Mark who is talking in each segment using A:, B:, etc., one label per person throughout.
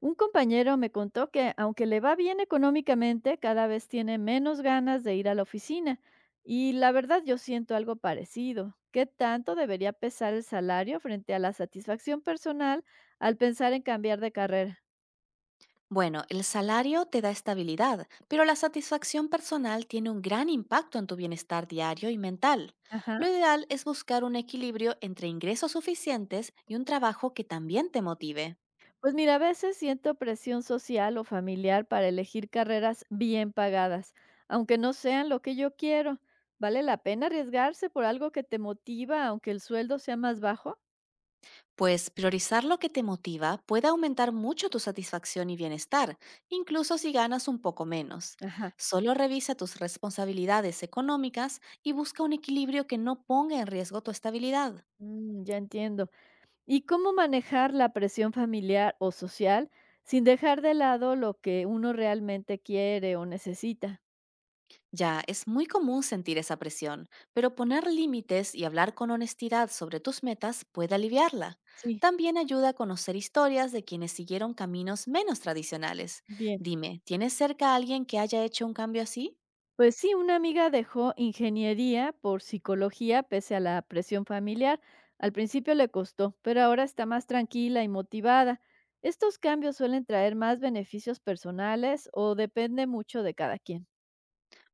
A: Un compañero me contó que aunque le va bien económicamente, cada vez tiene menos ganas de ir a la oficina. Y la verdad yo siento algo parecido. ¿Qué tanto debería pesar el salario frente a la satisfacción personal al pensar en cambiar de carrera?
B: Bueno, el salario te da estabilidad, pero la satisfacción personal tiene un gran impacto en tu bienestar diario y mental. Lo
A: Ajá.
B: ideal es buscar un equilibrio entre ingresos suficientes y un trabajo que también te motive.
A: Pues mira, a veces siento presión social o familiar para elegir carreras bien pagadas, aunque no sean lo que yo quiero. ¿Vale la pena arriesgarse por algo que te motiva aunque el sueldo sea más bajo?
B: Pues priorizar lo que te motiva puede aumentar mucho tu satisfacción y bienestar, incluso si ganas un poco menos.
A: Ajá.
B: Solo revisa tus responsabilidades económicas y busca un equilibrio que no ponga en riesgo tu estabilidad.
A: Mm, ya entiendo. ¿Y cómo manejar la presión familiar o social sin dejar de lado lo que uno realmente quiere o necesita?
B: Ya, es muy común sentir esa presión, pero poner límites y hablar con honestidad sobre tus metas puede aliviarla.
A: Sí,
B: También ayuda a conocer historias de quienes siguieron caminos menos tradicionales.
A: bien.
B: Dime, ¿tienes cerca a alguien que haya hecho un cambio así?
A: Pues sí, una amiga dejó ingeniería por psicología pese a la presión familiar. Al principio le costó, pero ahora está más tranquila y motivada. ¿Estos cambios suelen traer más beneficios personales o depende mucho de cada quien?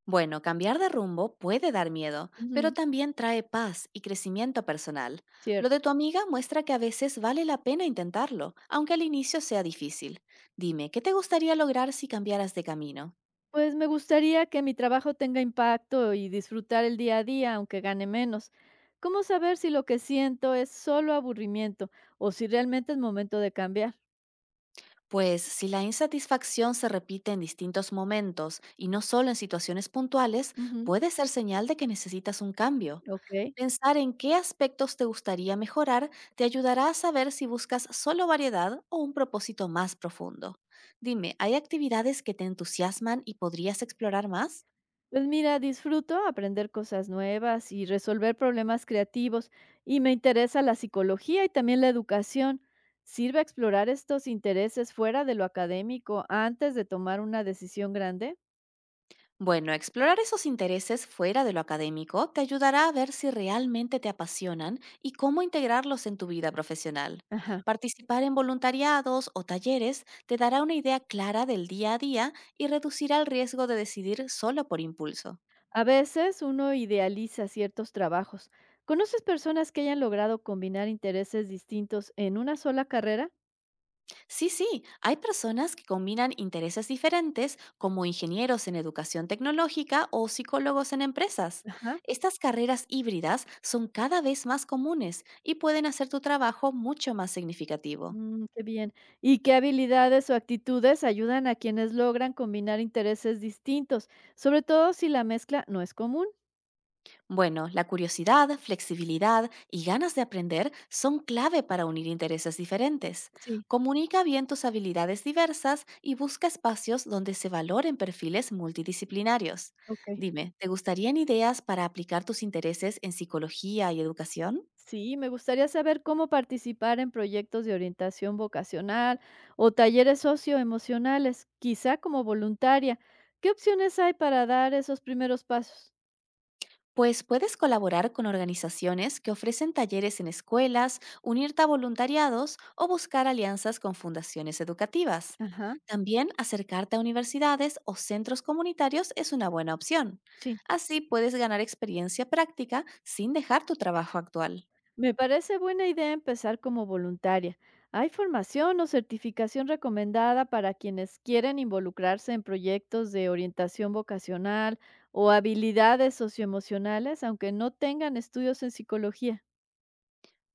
B: Bueno, cambiar de rumbo puede dar miedo, pero
A: Ujú.
B: también trae paz y crecimiento personal. Lo de
A: ¿Cierto?
B: tu amiga muestra que a veces vale la pena intentarlo, aunque al inicio sea difícil. Dime, ¿qué te gustaría lograr si cambiaras de camino?
A: Pues me gustaría que mi trabajo tenga impacto y disfrutar el día a día, aunque gane menos. ¿Cómo saber si lo que siento es solo aburrimiento o si realmente es momento de cambiar?
B: Pues si la insatisfacción se repite en distintos momentos y no solo en situaciones puntuales,
A: Ujú,
B: puede ser señal de que necesitas un cambio.
A: ok.
B: Pensar en qué aspectos te gustaría mejorar te ayudará a saber si buscas solo variedad o un propósito más profundo. Dime, ¿hay actividades que te entusiasman y podrías explorar más?
A: Pues mira, disfruto aprender cosas nuevas y resolver problemas creativos y me interesa la psicología y también la educación. ¿Sirve explorar estos intereses fuera de lo académico antes de tomar una decisión grande?
B: Bueno, explorar esos intereses fuera de lo académico te ayudará a ver si realmente te apasionan y cómo integrarlos en tu vida profesional.
A: Ajá.
B: Participar en voluntariados o talleres te dará una idea clara del día a día y reducirá el riesgo de decidir solo por impulso.
A: A veces uno idealiza ciertos trabajos. ¿Conoces personas que hayan logrado combinar intereses distintos en una sola carrera?
B: Sí, sí, hay personas que combinan intereses diferentes como ingenieros en educación tecnológica o psicólogos en empresas.
A: Ajá.
B: Estas carreras híbridas son cada vez más comunes y pueden hacer tu trabajo mucho más significativo.
A: Mm, qué bien. ¿Y qué habilidades o actitudes ayudan a quienes logran combinar intereses distintos, sobre todo si la mezcla no es común?
B: Bueno, la curiosidad, flexibilidad y ganas de aprender son clave para unir intereses diferentes.
A: Sí,
B: Comunica bien tus habilidades diversas y busca espacios donde se valoren perfiles multidisciplinarios.
A: ok.
B: Dime, ¿te gustarían ideas para aplicar tus intereses en psicología y educación?
A: Sí, me gustaría saber cómo participar en proyectos de orientación vocacional o talleres socioemocionales, quizá como voluntaria. ¿Qué opciones hay para dar esos primeros pasos?
B: Pues puedes colaborar con organizaciones que ofrecen talleres en escuelas, unirte a voluntariados o buscar alianzas con fundaciones educativas.
A: Ajá.
B: También acercarte a universidades o centros comunitarios es una buena opción.
A: Sí,
B: Así puedes ganar experiencia práctica sin dejar tu trabajo actual.
A: me parece buena idea empezar como voluntaria. ¿Hay formación o certificación recomendada para quienes quieren involucrarse en proyectos de orientación vocacional o habilidades socioemocionales, aunque no tengan estudios en psicología?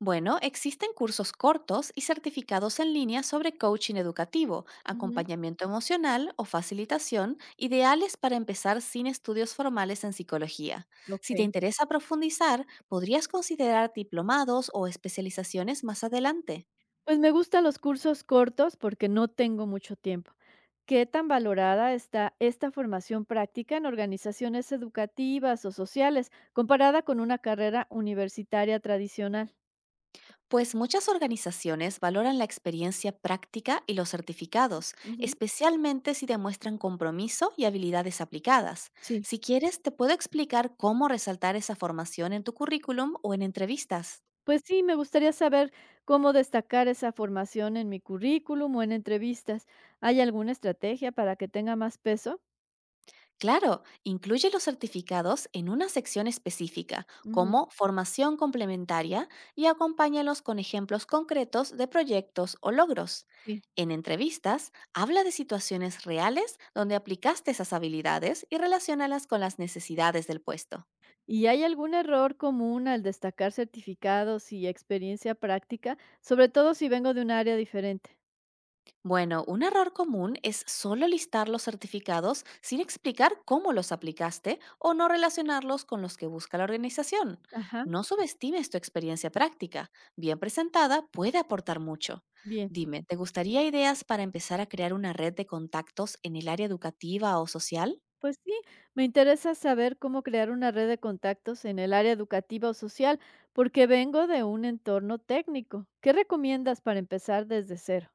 B: Bueno, existen cursos cortos y certificados en línea sobre coaching educativo,
A: Ujú.
B: acompañamiento emocional o facilitación, ideales para empezar sin estudios formales en psicología.
A: Ok.
B: Si te interesa profundizar, podrías considerar diplomados o especializaciones más adelante.
A: Pues me gustan los cursos cortos porque no tengo mucho tiempo. ¿Qué tan valorada está esta formación práctica en organizaciones educativas o sociales comparada con una carrera universitaria tradicional?
B: Pues muchas organizaciones valoran la experiencia práctica y los certificados,
A: Ujú.
B: especialmente si demuestran compromiso y habilidades aplicadas.
A: Sí.
B: Si quieres, te puedo explicar cómo resaltar esa formación en tu currículum o en entrevistas.
A: Pues sí, me gustaría saber cómo destacar esa formación en mi currículum o en entrevistas. ¿Hay alguna estrategia para que tenga más peso?
B: Claro, incluye los certificados en una sección específica,
A: Ujú,
B: como formación complementaria, y acompáñalos con ejemplos concretos de proyectos o logros.
A: sí.
B: En entrevistas, habla de situaciones reales donde aplicaste esas habilidades y relaciónalas con las necesidades del puesto.
A: ¿Y hay algún error común al destacar certificados y experiencia práctica, sobre todo si vengo de un área diferente?
B: Bueno, un error común es solo listar los certificados sin explicar cómo los aplicaste o no relacionarlos con los que busca la organización.
A: Ajá,
B: No subestimes tu experiencia práctica. Bien presentada puede aportar mucho.
A: bien.
B: Dime, ¿te gustaría ideas para empezar a crear una red de contactos en el área educativa o social?
A: Pues sí, me interesa saber cómo crear una red de contactos en el área educativa o social, porque vengo de un entorno técnico. ¿Qué recomiendas para empezar desde cero?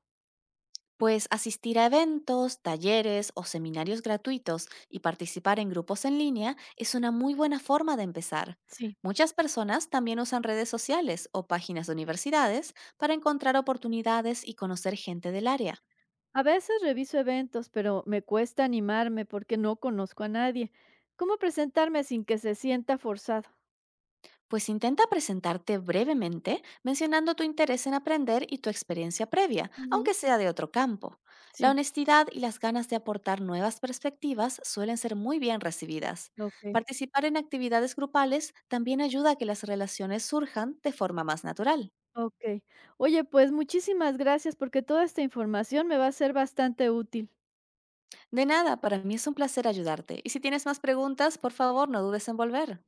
B: Pues asistir a eventos, talleres o seminarios gratuitos y participar en grupos en línea es una muy buena forma de empezar.
A: Sí.
B: Muchas personas también usan redes sociales o páginas de universidades para encontrar oportunidades y conocer gente del área.
A: A veces reviso eventos, pero me cuesta animarme porque no conozco a nadie. ¿Cómo presentarme sin que se sienta forzado?
B: Pues intenta presentarte brevemente mencionando tu interés en aprender y tu experiencia previa,
A: Ujú,
B: aunque sea de otro campo. La
A: sí,
B: honestidad y las ganas de aportar nuevas perspectivas suelen ser muy bien recibidas.
A: ok,
B: Participar en actividades grupales también ayuda a que las relaciones surjan de forma más natural.
A: ok. Oye, pues muchísimas gracias porque toda esta información me va a ser bastante útil.
B: De nada, para mí es un placer ayudarte y si tienes más preguntas, por favor no dudes en volver.